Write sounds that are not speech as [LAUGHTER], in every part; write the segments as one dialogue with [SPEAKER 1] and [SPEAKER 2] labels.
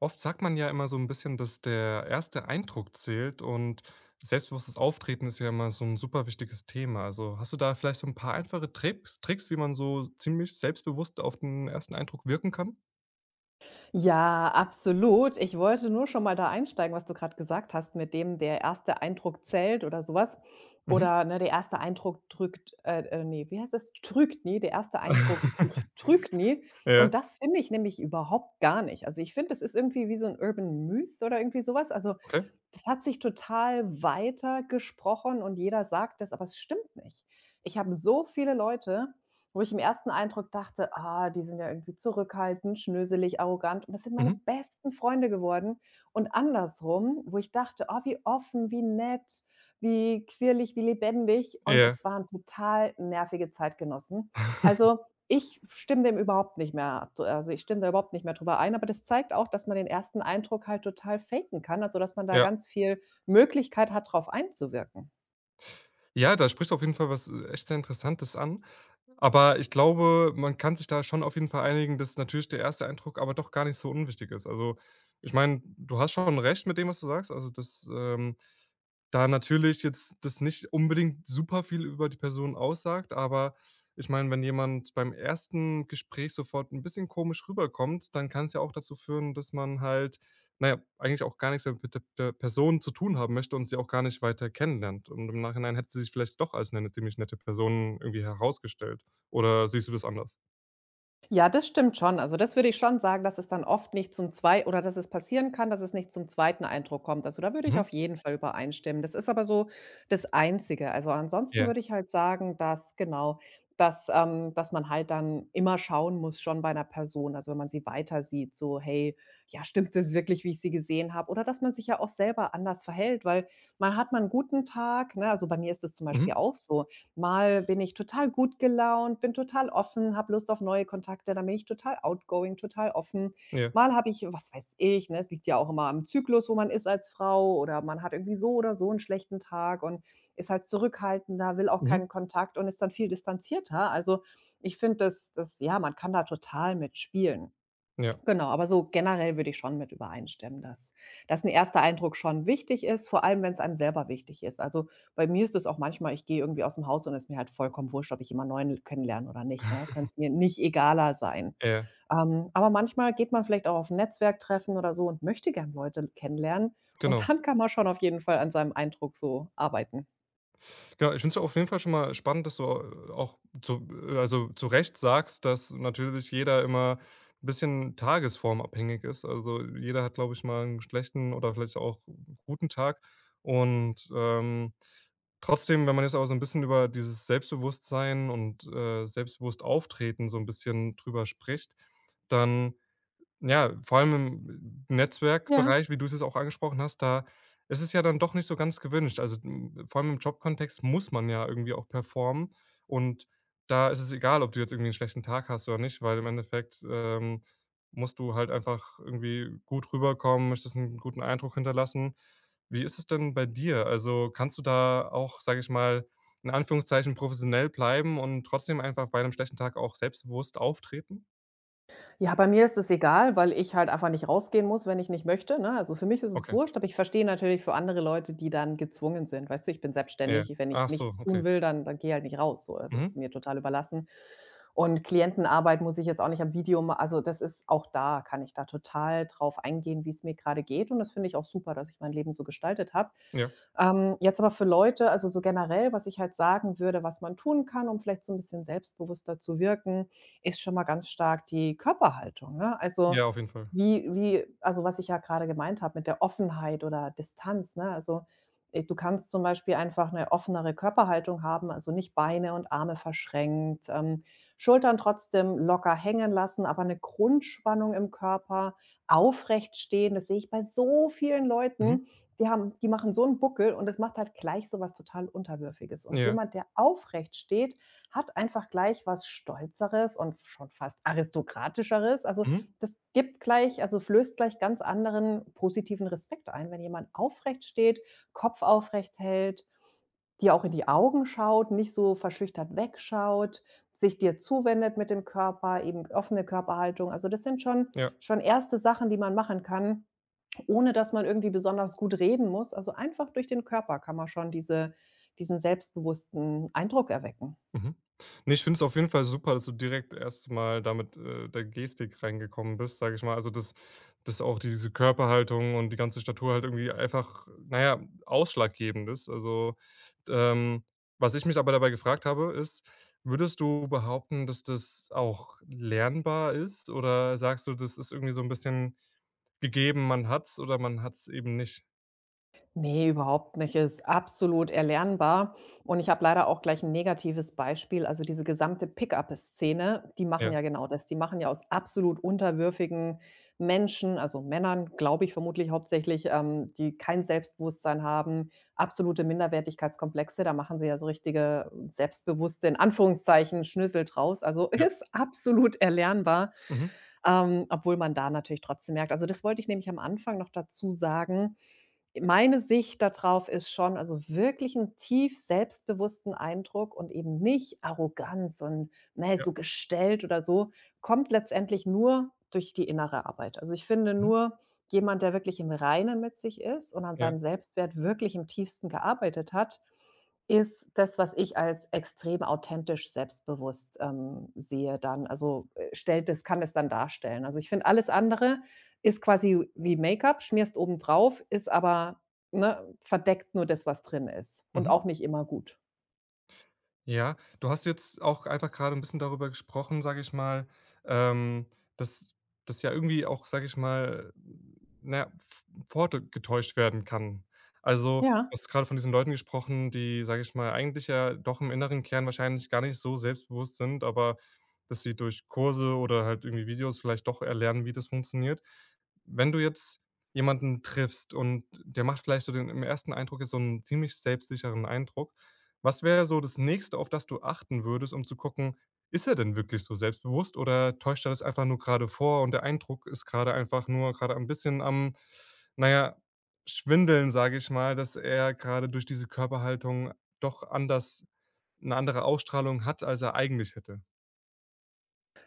[SPEAKER 1] Oft sagt man ja immer so ein bisschen, dass der erste Eindruck zählt und selbstbewusstes Auftreten ist ja immer so ein super wichtiges Thema. Also, hast du da vielleicht so ein paar einfache Tricks, wie man so ziemlich selbstbewusst auf den ersten Eindruck wirken kann?
[SPEAKER 2] Ja, absolut. Ich wollte nur schon mal da einsteigen, was du gerade gesagt hast, mit dem der erste Eindruck zählt oder sowas.
[SPEAKER 1] Mhm.
[SPEAKER 2] Oder, ne, der erste Eindruck drückt ne, wie heißt das? Trügt nie, der erste Eindruck drü
[SPEAKER 1] [LAUGHS]
[SPEAKER 2] trügt nie.
[SPEAKER 1] Ja,
[SPEAKER 2] Und das finde ich nämlich überhaupt gar nicht. Also, ich finde, das ist irgendwie wie so ein Urban Myth oder irgendwie sowas. Also,
[SPEAKER 1] okay.
[SPEAKER 2] das hat sich total weitergesprochen und jeder sagt das, aber es stimmt nicht. Ich habe so viele Leute, wo ich im ersten Eindruck dachte: „Ah, die sind ja irgendwie zurückhaltend, schnöselig, arrogant" und das sind meine
[SPEAKER 1] Mhm.
[SPEAKER 2] besten Freunde geworden, und andersrum, wo ich dachte: „Oh, wie offen, wie nett, wie quirlig, wie lebendig" und
[SPEAKER 1] Ja,
[SPEAKER 2] es waren total nervige Zeitgenossen. Also, ich stimme dem überhaupt nicht mehr d also, ich stimme da überhaupt nicht mehr drüber ein, aber das zeigt auch, dass man den ersten Eindruck halt total faken kann, also, dass man da
[SPEAKER 1] ja.
[SPEAKER 2] ganz viel Möglichkeit hat, drauf einzuwirken.
[SPEAKER 1] Ja, da sprichst du auf jeden Fall was, echt sehr Interessantes an. Aber ich glaube, man kann sich da schon auf jeden Fall einigen, dass natürlich der erste Eindruck aber doch gar nicht so unwichtig ist. Also, ich meine, du hast schon recht mit dem, was du sagst. Also, Da natürlich jetzt das nicht unbedingt super viel über die Person aussagt, aber ich meine, wenn jemand beim ersten Gespräch sofort ein bisschen komisch rüberkommt, dann kann es ja auch dazu führen, dass man halt, naja, eigentlich auch gar nichts mehr mit der Person zu tun haben möchte und sie auch gar nicht weiter kennenlernt. Und im Nachhinein hätte sie sich vielleicht doch als eine ziemlich nette Person irgendwie herausgestellt. Oder siehst du das anders?
[SPEAKER 2] Ja, das stimmt schon. Also, das würde ich schon sagen, dass es dann oft nicht zum zwei oder dass es passieren kann, dass es nicht zum zweiten Eindruck kommt. Also, da würde ich
[SPEAKER 1] Mhm.
[SPEAKER 2] auf jeden Fall übereinstimmen. Das ist aber so das Einzige. Also, ansonsten
[SPEAKER 1] Ja.
[SPEAKER 2] würde ich halt sagen, dass genau, dass dass man halt dann immer schauen muss schon bei einer Person, also, wenn man sie weiter sieht, so: „Hey, ja, stimmt das wirklich, wie ich sie gesehen habe?" Oder dass man sich ja auch selber anders verhält, weil man hat man 'n guten Tag, ne? Also, bei mir ist es zum Beispiel
[SPEAKER 1] Mhm.
[SPEAKER 2] auch so. Mal bin ich total gut gelaunt, bin total offen, habe Lust auf neue Kontakte, dann bin ich total outgoing, total offen.
[SPEAKER 1] Ja.
[SPEAKER 2] Mal habe ich, was weiß ich, ne, es liegt ja auch immer am Zyklus, wo man ist als Frau, oder man hat irgendwie so oder so einen schlechten Tag und ist halt zurückhaltender, will auch
[SPEAKER 1] Mhm.
[SPEAKER 2] keinen Kontakt und ist dann viel distanzierter. Also, ich finde, dass das, ja, man kann da total mitspielen.
[SPEAKER 1] Ja.
[SPEAKER 2] Genau, aber so generell würde ich schon mit übereinstimmen, dass ein erster Eindruck schon wichtig ist, vor allem wenn es einem selber wichtig ist. Also, bei mir ist es auch manchmal. Ich gehe irgendwie aus dem Haus und es ist mir halt vollkommen wurscht, ob ich jemand neuen kennenlerne oder nicht, ne? Kann
[SPEAKER 1] [LAUGHS]
[SPEAKER 2] es mir nicht egaler sein.
[SPEAKER 1] Ja,
[SPEAKER 2] Aber manchmal geht man vielleicht auch auf ein Netzwerktreffen oder so und möchte gern Leute kennenlernen, und
[SPEAKER 1] genau.
[SPEAKER 2] dann kann man schon auf jeden Fall an seinem Eindruck so arbeiten.
[SPEAKER 1] Genau, ich finde es auf jeden Fall schon mal spannend, dass du au auch zu also, zu Recht sagst, dass natürlich jeder immer ein bisschen tagesformabhängig ist. Also, jeder hat, glaube ich, mal einen schlechten oder vielleicht auch guten Tag. Und, trotzdem, wenn man jetzt aber so ein bisschen über dieses Selbstbewusstsein und, selbstbewusst auftreten so ein bisschen drüber spricht, dann ja, vor allem im
[SPEAKER 2] Ja.
[SPEAKER 1] Netzwerkbereich, wie du es jetzt auch angesprochen hast, da ist es ja dann doch nicht so ganz gewünscht. Also, hm, vor allem im Jobkontext muss man ja irgendwie auch performen und da ist es egal, ob du jetzt irgendwie einen schlechten Tag hast oder nicht, weil im Endeffekt, musst du halt einfach irgendwie gut rüberkommen, möchtest einen guten Eindruck hinterlassen. Wie ist es denn bei dir? Also, kannst du da auch, sage ich mal, in Anführungszeichen professionell bleiben und trotzdem einfach bei einem schlechten Tag auch selbstbewusst auftreten?
[SPEAKER 2] Ja, bei mir ist es egal, weil ich halt einfach nicht rausgehen muss, wenn ich nicht möchte, ne? Also, für mich ist es
[SPEAKER 1] Okay,
[SPEAKER 2] wurscht, aber ich verstehe natürlich für andere Leute, die dann gezwungen sind. Weißt du, ich bin
[SPEAKER 1] ja.
[SPEAKER 2] selbstständig, wenn ich
[SPEAKER 1] Ach so,
[SPEAKER 2] nichts
[SPEAKER 1] okay.
[SPEAKER 2] tun will, dann gehe halt nicht raus, so. Das ist
[SPEAKER 1] Mhm.
[SPEAKER 2] mir total überlassen. Und Klientenarbeit muss ich jetzt auch nicht am Video ma also, das ist auch, da kann ich da total drauf eingehen, wie es mir gerade geht, und das finde ich auch super, dass ich mein Leben so gestaltet habe.
[SPEAKER 1] Ja.
[SPEAKER 2] Jetzt aber für Leute, also, so generell, was ich halt sagen würde, was man tun kann, um vielleicht so ein bisschen selbstbewusster zu wirken, ist schon mal ganz stark die Körperhaltung, ne? Also,
[SPEAKER 1] Ja, auf jeden Fall.
[SPEAKER 2] wie also, was ich ja gerade gemeint habe mit der Offenheit oder Distanz, ne? Also, du kannst zum Beispiel einfach eine offenere Körperhaltung haben, also, nicht Beine und Arme verschränkt, Schultern trotzdem locker hängen lassen, aber eine Grundspannung im Körper, aufrecht stehen. Das sehe ich bei so vielen
[SPEAKER 1] Mhm.
[SPEAKER 2] Leuten, die machen so einen Buckel, und das macht halt gleich so was total Unterwürfiges. Und
[SPEAKER 1] Ja.
[SPEAKER 2] jemand, der aufrecht steht, hat einfach gleich was Stolzeres und schon fast Aristokratischeres. Also,
[SPEAKER 1] Mhm.
[SPEAKER 2] das gibt gleich also flößt gleich ganz anderen positiven Respekt ein, wenn jemand aufrecht steht, Kopf aufrecht hält, dir auch in die Augen schaut, nicht so verschüchtert wegschaut, sich dir zuwendet mit dem Körper, eben offene Körperhaltung. Also, das sind schon
[SPEAKER 1] Ja.
[SPEAKER 2] schon erste Sachen, die man machen kann, ohne dass man irgendwie besonders gut reden muss. Also, einfach durch den Körper kann man schon diesen selbstbewussten Eindruck erwecken.
[SPEAKER 1] Mhm. Ne, ich finde es auf jeden Fall super, dass du direkt erst mal da mit, der Gestik reingekommen bist, sage ich mal. Also, dass auch diese Körperhaltung und die ganze Statur halt irgendwie einfach, na ja, ausschlaggebend ist. Also, ähm, was ich mich aber dabei gefragt habe, ist, würdest du behaupten, dass das auch lernbar ist oder sagst du, das ist irgendwie so 'n bisschen gegeben, man hat's oder man hat's eben nicht?
[SPEAKER 2] Nee, überhaupt nicht. Ist absolut erlernbar. Und ich habe leider auch gleich ein negatives Beispiel. Also, diese gesamte pickup szene, die machen
[SPEAKER 1] Ja,
[SPEAKER 2] ja genau das. Die machen ja aus absolut unterwürfigen Menschen, also Männern, glaube ich vermutlich hauptsächlich, die kein Selbstbewusstsein haben, absolute Minderwertigkeitskomplexe. Da machen sie ja so richtige selbstbewusste, in Anführungszeichen, Schnösel draus. Also, [LAUGHS]
[SPEAKER 1] ja.
[SPEAKER 2] ist absolut erlernbar,
[SPEAKER 1] Mhm.
[SPEAKER 2] obwohl man da natürlich trotzdem merkt, also, das wollte ich nämlich am Anfang noch dazu sagen, meine Sicht darauf ist schon, also wirklich 'n tief selbstbewussten Eindruck und eben nicht arrogant und, ne,
[SPEAKER 1] Ja.
[SPEAKER 2] so gestellt oder so, kommt letztendlich nur durch die innere Arbeit. Also, ich finde
[SPEAKER 1] Mhm.
[SPEAKER 2] nur jemand, der wirklich im Reinen mit sich ist und an
[SPEAKER 1] Ja.
[SPEAKER 2] seinem Selbstwert wirklich im Tiefsten gearbeitet hat, ist das, was ich als extrem authentisch selbstbewusst, sehe dann. Also, stellt es kann es dann darstellen. Also, ich finde, alles andere ist quasi wie Make-up, schmierst obendrauf, ist aber, ne, verdeckt nur das, was drin ist, und
[SPEAKER 1] Mhm.
[SPEAKER 2] auch nicht immer gut.
[SPEAKER 1] Ja, du hast jetzt auch einfach gerade ein bisschen darüber gesprochen, sage ich mal, ähm, dass das ja irgendwie auch, sage ich mal, na ja, f vorgetäuscht werden kann. Also,
[SPEAKER 2] Ja.
[SPEAKER 1] du hast gerade von diesen Leuten gesprochen, die, sage ich mal, eigentlich ja doch im inneren Kern wahrscheinlich gar nicht so selbstbewusst sind, aber dass sie durch Kurse oder halt irgendwie Videos vielleicht doch erlernen, wie das funktioniert. Wenn du jetzt jemanden triffst und der macht vielleicht so den im ersten Eindruck jetzt so einen ziemlich selbstsicheren Eindruck. Was wäre so das Nächste, auf das du achten würdest, um zu gucken, ist er denn wirklich so selbstbewusst oder täuscht er das einfach nur gerade vor und der Eindruck ist gerade einfach nur gerade ein bisschen am, naja, schwindeln, sage ich mal, dass er gerade durch diese Körperhaltung doch anders eine andere Ausstrahlung hat, als er eigentlich hätte?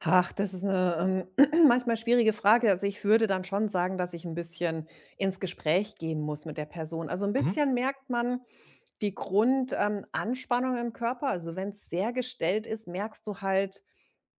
[SPEAKER 2] Ach, das ist eine [CLEARS THROAT] manchmal schwierige Frage. Also, ich würde dann schon sagen, dass ich ein bisschen ins Gespräch gehen muss mit der Person. Also, ein
[SPEAKER 1] Mhm.
[SPEAKER 2] bisschen merkt man die Grundanspannung Anspannung im Körper. Also, wenn es sehr gestellt ist, merkst du halt,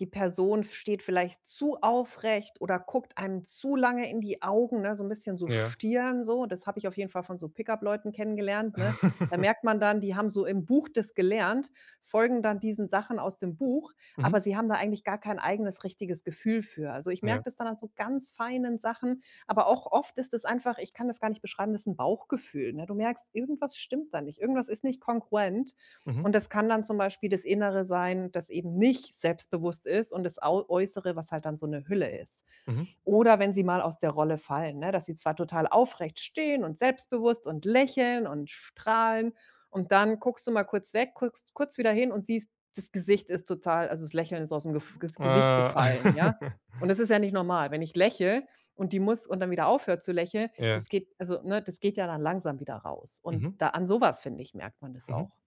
[SPEAKER 2] die Person steht vielleicht zu aufrecht oder guckt einem zu lange in die Augen, ne, so ein bisschen so
[SPEAKER 1] Ja.
[SPEAKER 2] Stirn so. Das habe ich auf jeden Fall von so Pickup-Leuten kennengelernt, ne? Da merkt
[SPEAKER 1] [LAUGHS]
[SPEAKER 2] man dann, die haben so im Buch das gelernt, folgen dann diesen Sachen aus dem Buch,
[SPEAKER 1] Mhm.
[SPEAKER 2] aber sie haben da eigentlich gar kein eigenes richtiges Gefühl für. Also, ich merke
[SPEAKER 1] Ja.
[SPEAKER 2] das dann an so ganz feinen Sachen, aber auch oft ist es einfach, ich kann das gar nicht beschreiben, das ist ein Bauchgefühl, ne? Du merkst, irgendwas stimmt da nicht, irgendwas ist nicht kongruent,
[SPEAKER 1] Mhm.
[SPEAKER 2] und das kann dann zum Beispiel das Innere sein, das eben nicht selbstbewusst ist, und das Au Äußere, was halt dann so eine Hülle ist.
[SPEAKER 1] Mhm.
[SPEAKER 2] Oder wenn sie mal aus der Rolle fallen, ne, dass sie zwar total aufrecht stehen und selbstbewusst und lächeln und strahlen, und dann guckst du mal kurz weg, guckst kurz wieder hin und siehst, das Gesicht ist total, also, das Lächeln ist aus'm Gef Ges Gesicht
[SPEAKER 1] Äh.
[SPEAKER 2] gefallen, ja?
[SPEAKER 1] [LAUGHS]
[SPEAKER 2] Und das ist ja nicht normal. Wenn ich lächle und die muss und dann wieder aufhört zu lächeln, das
[SPEAKER 1] Ja.
[SPEAKER 2] geht, also, ne, das geht ja dann langsam wieder raus. Und
[SPEAKER 1] Mhm.
[SPEAKER 2] da an sowas, finde ich, merkt man das
[SPEAKER 1] Mhm.
[SPEAKER 2] auch.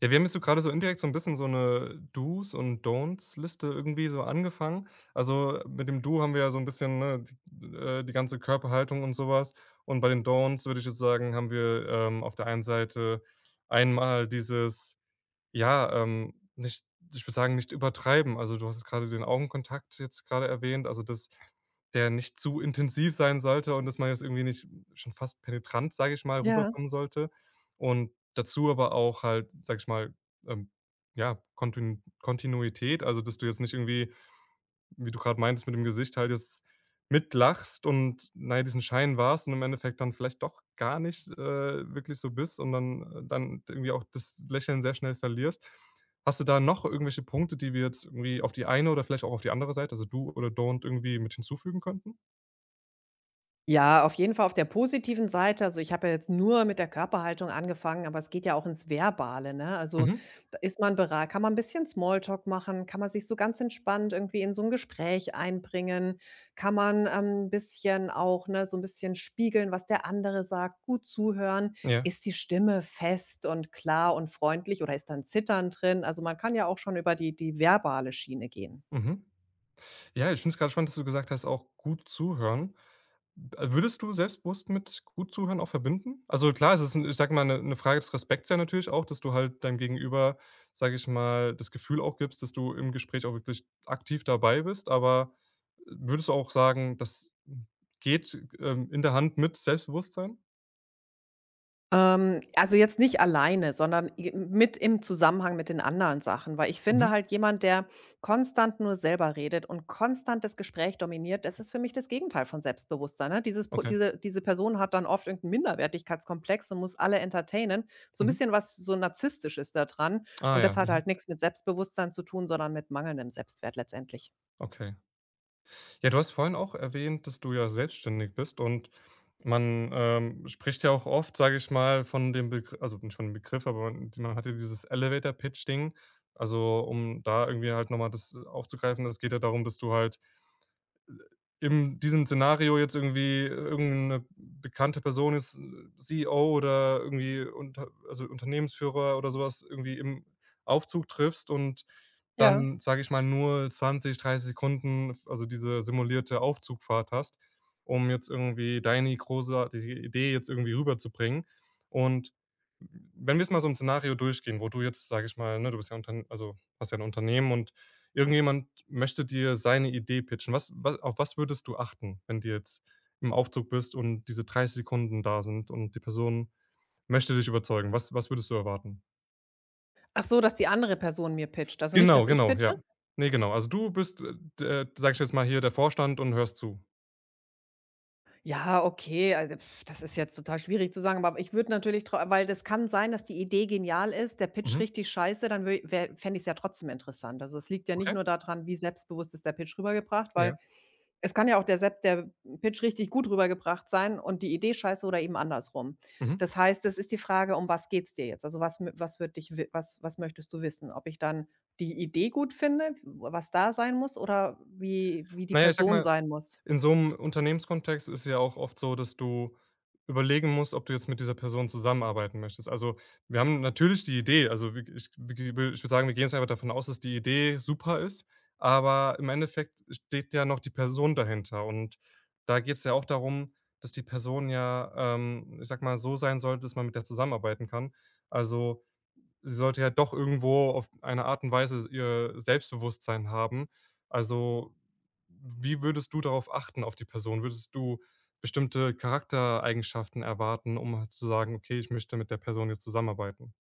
[SPEAKER 1] Ja, wir haben jetzt so gerade so indirekt so ein bisschen so eine Do's und Don'ts-Liste irgendwie so angefangen. Also, mit dem Do haben wir ja so ein bisschen, ne, d die ganze Körperhaltung und sowas. Und bei den Don'ts würde ich jetzt sagen, haben wir, auf der einen Seite einmal dieses ja, nicht, ich würde sagen, nicht übertreiben. Also, du hast jetzt grade den Augenkontakt jetzt gerade erwähnt, also, dass der nicht zu intensiv sein sollte und dass man jetzt irgendwie nicht schon fast penetrant, sage ich mal,
[SPEAKER 2] Ja.
[SPEAKER 1] rüberkommen sollte. Und dazu aber auch halt, sage ich mal, ähm, ja, Kontinuität, also, dass du jetzt nicht irgendwie wie du gerade meintest mit dem Gesicht, halt jetzt mitlachst und, na ja, diesen Schein warst und im Endeffekt dann vielleicht doch gar nicht, wirklich so bist und dann irgendwie auch das Lächeln sehr schnell verlierst. Hast du da noch irgendwelche Punkte, die wir jetzt irgendwie auf die eine oder vielleicht auch auf die andere Seite, also do oder don't, irgendwie mit hinzufügen könnten?
[SPEAKER 2] Ja, auf jeden Fall auf der positiven Seite. Also, ich habe ja jetzt nur mit der Körperhaltung angefangen, aber es geht ja auch ins Verbale, ne? Also,
[SPEAKER 1] Mhm.
[SPEAKER 2] da ist man bera kann man ein bisschen Smalltalk machen, kann man sich so ganz entspannt irgendwie in so ein Gespräch einbringen, kann man, 'n bisschen auch, ne, so ein bisschen spiegeln, was der andere sagt, gut zuhören.
[SPEAKER 1] Ja.
[SPEAKER 2] Ist die Stimme fest und klar und freundlich, oder ist dann Zittern drin? Also, man kann ja auch schon über die verbale Schiene gehen.
[SPEAKER 1] Mhm. Ja, ich finde es gerade spannend, dass du gesagt hast, auch gut zuhören. Würdest du selbstbewusst mit gut zuhören auch verbinden? Also klar, es ist 'n, ich sage mal, 'ne Frage des Respekts ja natürlich auch, dass du halt deinem Gegenüber, sage ich mal, das Gefühl auch gibst, dass du im Gespräch auch wirklich aktiv dabei bist, aber würdest du auch sagen, das geht, in der Hand mit Selbstbewusstsein?
[SPEAKER 2] Also jetzt nicht alleine, sondern i mit im Zusammenhang mit den anderen Sachen, weil ich finde
[SPEAKER 1] Mhm.
[SPEAKER 2] halt jemand, der konstant nur selber redet und konstant das Gespräch dominiert, das ist für mich das Gegenteil von Selbstbewusstsein, ne? Dieses po
[SPEAKER 1] Okay.
[SPEAKER 2] diese diese Person hat dann oft irgendeinen Minderwertigkeitskomplex und muss alle entertainen. So ein
[SPEAKER 1] Mhm.
[SPEAKER 2] bisschen was so Narzisstisches da dran,
[SPEAKER 1] Ah
[SPEAKER 2] und
[SPEAKER 1] ja.
[SPEAKER 2] das hat
[SPEAKER 1] Mhm.
[SPEAKER 2] halt nichts mit Selbstbewusstsein zu tun, sondern mit mangelndem Selbstwert letztendlich.
[SPEAKER 1] Okay. Ja, du hast vorhin auch erwähnt, dass du ja selbstständig bist und man, spricht ja auch oft, sage ich mal, von dem Begr also nicht von dem Begriff, aber man hat ja dieses Elevator-Pitch-Ding. Also, um da irgendwie halt nochmal das aufzugreifen, das geht ja darum, dass du halt in diesem Szenario jetzt irgendwie irgendeine bekannte Person jetzt, CEO oder irgendwie unter also, Unternehmensführer oder sowas irgendwie im Aufzug triffst und
[SPEAKER 2] Ja.
[SPEAKER 1] dann, sage ich mal, nur 20, 30 Sekunden, also, diese simulierte Aufzugfahrt hast, um jetzt irgendwie deine großartige Idee jetzt irgendwie rüberzubringen. Und wenn wir jetzt mal so ein Szenario durchgehen, wo du jetzt, sage ich mal, ne, du bist ja Untern also, hast ja ein Unternehmen und irgendjemand möchte dir seine Idee pitchen. Was wa auf was würdest du achten, wenn du jetzt im Aufzug bist und diese 30 Sekunden da sind und die Person möchte dich überzeugen? Was würdest du erwarten?
[SPEAKER 2] Ach so, dass die andere Person mir pitcht, also nicht,
[SPEAKER 1] Genau,
[SPEAKER 2] dass ich
[SPEAKER 1] genau,
[SPEAKER 2] pitche.
[SPEAKER 1] ja. Ne, genau. Also, du bist, d sage ich jetzt mal hier, der Vorstand und hörst zu.
[SPEAKER 2] Ja, okay, also, das ist jetzt total schwierig zu sagen, aber ich würde natürlich trau weil, das kann sein, dass die Idee genial ist, der Pitch
[SPEAKER 1] Mhm,
[SPEAKER 2] richtig scheiße, dann wür wär fände ich es ja trotzdem interessant. Also, es liegt ja nicht
[SPEAKER 1] okay,
[SPEAKER 2] nur daran, wie selbstbewusst ist der Pitch rübergebracht, weil
[SPEAKER 1] ja,
[SPEAKER 2] es kann ja auch der Pitch richtig gut rübergebracht sein und die Idee scheiße oder eben andersrum.
[SPEAKER 1] mhm.
[SPEAKER 2] Das heißt, es ist die Frage, um was geht's dir jetzt? Also, was mö was wird dich wi was was möchtest du wissen? Ob ich dann die Idee gut finde, was da sein muss, oder wie die
[SPEAKER 1] Na ja, ich sag
[SPEAKER 2] Person
[SPEAKER 1] mal,
[SPEAKER 2] sein muss?
[SPEAKER 1] in so einem Unternehmenskontext ist ja auch oft so, dass du überlegen musst, ob du jetzt mit dieser Person zusammenarbeiten möchtest. Also, wir haben natürlich die Idee, also, wir ich wir wir- ich würde sagen, wir gehen jetzt einfach davon aus, dass die Idee super ist, aber im Endeffekt steht ja noch die Person dahinter und da geht es ja auch darum, dass die Person ja, ich sage mal, so sein sollte, dass man mit der zusammenarbeiten kann. Also sie sollte ja doch irgendwo auf eine Art und Weise ihr Selbstbewusstsein haben. Also, wie würdest du darauf achten, auf die Person? Würdest du bestimmte Charaktereigenschaften erwarten, um halt zu sagen: „Okay, ich möchte mit der Person jetzt zusammenarbeiten?“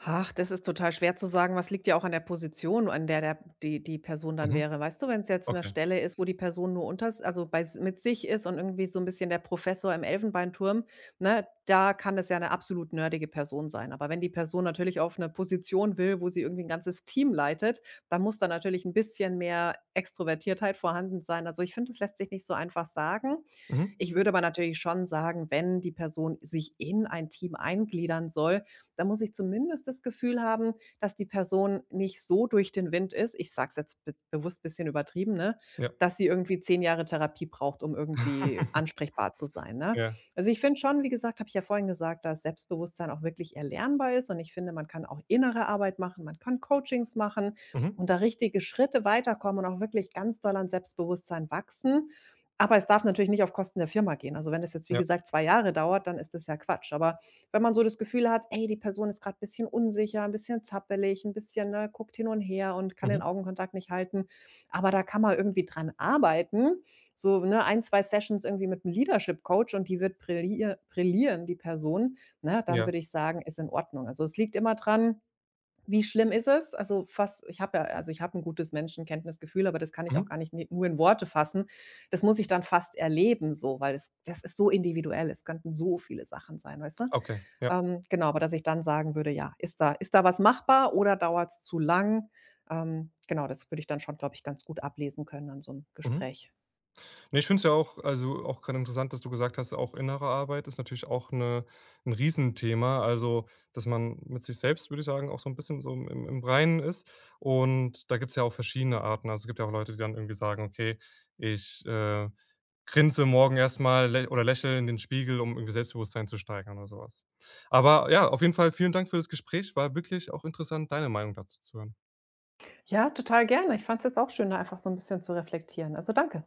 [SPEAKER 2] Ach, das ist total schwer zu sagen, was liegt ja auch an der Position, an der die Person dann
[SPEAKER 1] Mhm.
[SPEAKER 2] wäre. Weißt du, wenn es jetzt 'ne
[SPEAKER 1] Okay.
[SPEAKER 2] Stelle ist, wo die Person nur unter, also, bei s mit sich ist und irgendwie so ein bisschen der Professor im Elfenbeinturm, ne, da kann das ja eine absolut nerdige Person sein. Aber wenn die Person natürlich auf eine Position will, wo sie irgendwie ein ganzes Team leitet, dann muss da natürlich ein bisschen mehr Extrovertiertheit vorhanden sein. Also, ich finde, das lässt sich nicht so einfach sagen.
[SPEAKER 1] Mhm.
[SPEAKER 2] Ich würde aber natürlich schon sagen, wenn die Person sich in ein Team eingliedern soll, da muss ich zumindest das Gefühl haben, dass die Person nicht so durch den Wind ist. Ich sage es jetzt be bewusst ein bisschen übertrieben, ne?
[SPEAKER 1] Ja.
[SPEAKER 2] Dass sie irgendwie 10 Jahre Therapie braucht, um irgendwie
[SPEAKER 1] [LAUGHS]
[SPEAKER 2] ansprechbar zu sein, ne?
[SPEAKER 1] Ja.
[SPEAKER 2] Also, ich finde schon, wie gesagt, habe ich ja vorhin gesagt, dass Selbstbewusstsein auch wirklich erlernbar ist, und ich finde, man kann auch innere Arbeit machen, man kann Coachings machen
[SPEAKER 1] Mhm.
[SPEAKER 2] und da richtige Schritte weiterkommen und auch wirklich ganz doll an Selbstbewusstsein wachsen. Aber es darf natürlich nicht auf Kosten der Firma gehen. Also, wenn es jetzt, wie
[SPEAKER 1] Ja.
[SPEAKER 2] gesagt, 2 Jahre dauert, dann ist das ja Quatsch. Aber wenn man so das Gefühl hat, ey, die Person ist grad bisschen unsicher, 'n bisschen zappelig, ein bisschen, ne, guckt hin und her und kann den
[SPEAKER 1] Mhm.
[SPEAKER 2] Augenkontakt nicht halten. Aber da kann man irgendwie dran arbeiten. So, ne, 1, 2 Sessions irgendwie mit einem Leadership Coach und die wird brillieren, die Person, ne, dann
[SPEAKER 1] Ja.
[SPEAKER 2] würde ich sagen, ist in Ordnung. Also, es liegt immer dran, wie schlimm ist es? Also, fast, ich habe ja, also, ich habe ein gutes Menschenkenntnisgefühl, aber das kann ich auch
[SPEAKER 1] Mhm.
[SPEAKER 2] gar nicht ni nur in Worte fassen. Das muss ich dann fast erleben so, weil das ist so individuell. Es könnten so viele Sachen sein, weißt du?
[SPEAKER 1] Okay. Ja.
[SPEAKER 2] Genau, aber dass ich dann sagen würde: „Ja, ist da was machbar oder dauert es zu lang?" Genau, das würde ich dann schon, glaube ich, ganz gut ablesen können an so einem
[SPEAKER 1] Mhm.
[SPEAKER 2] Gespräch.
[SPEAKER 1] Ne, ich finde es ja auch also, auch grade interessant, dass du gesagt hast, auch innere Arbeit ist natürlich auch ein Riesenthema. Also, dass man mit sich selbst, würde ich sagen, auch so ein bisschen so im Reinen ist. Und da gibt's ja auch verschiedene Arten. Also, es gibt ja auch Leute, die dann irgendwie sagen: „Okay, ich, grinse morgen erstmal lä oder lächle in den Spiegel, um irgendwie Selbstbewusstsein zu steigern“ oder sowas. Aber ja, auf jeden Fall vielen Dank für das Gespräch. War wirklich auch interessant, deine Meinung dazu zu hören.
[SPEAKER 2] Ja, total gerne. Ich fand es jetzt auch schön, da einfach so ein bisschen zu reflektieren. Also, danke.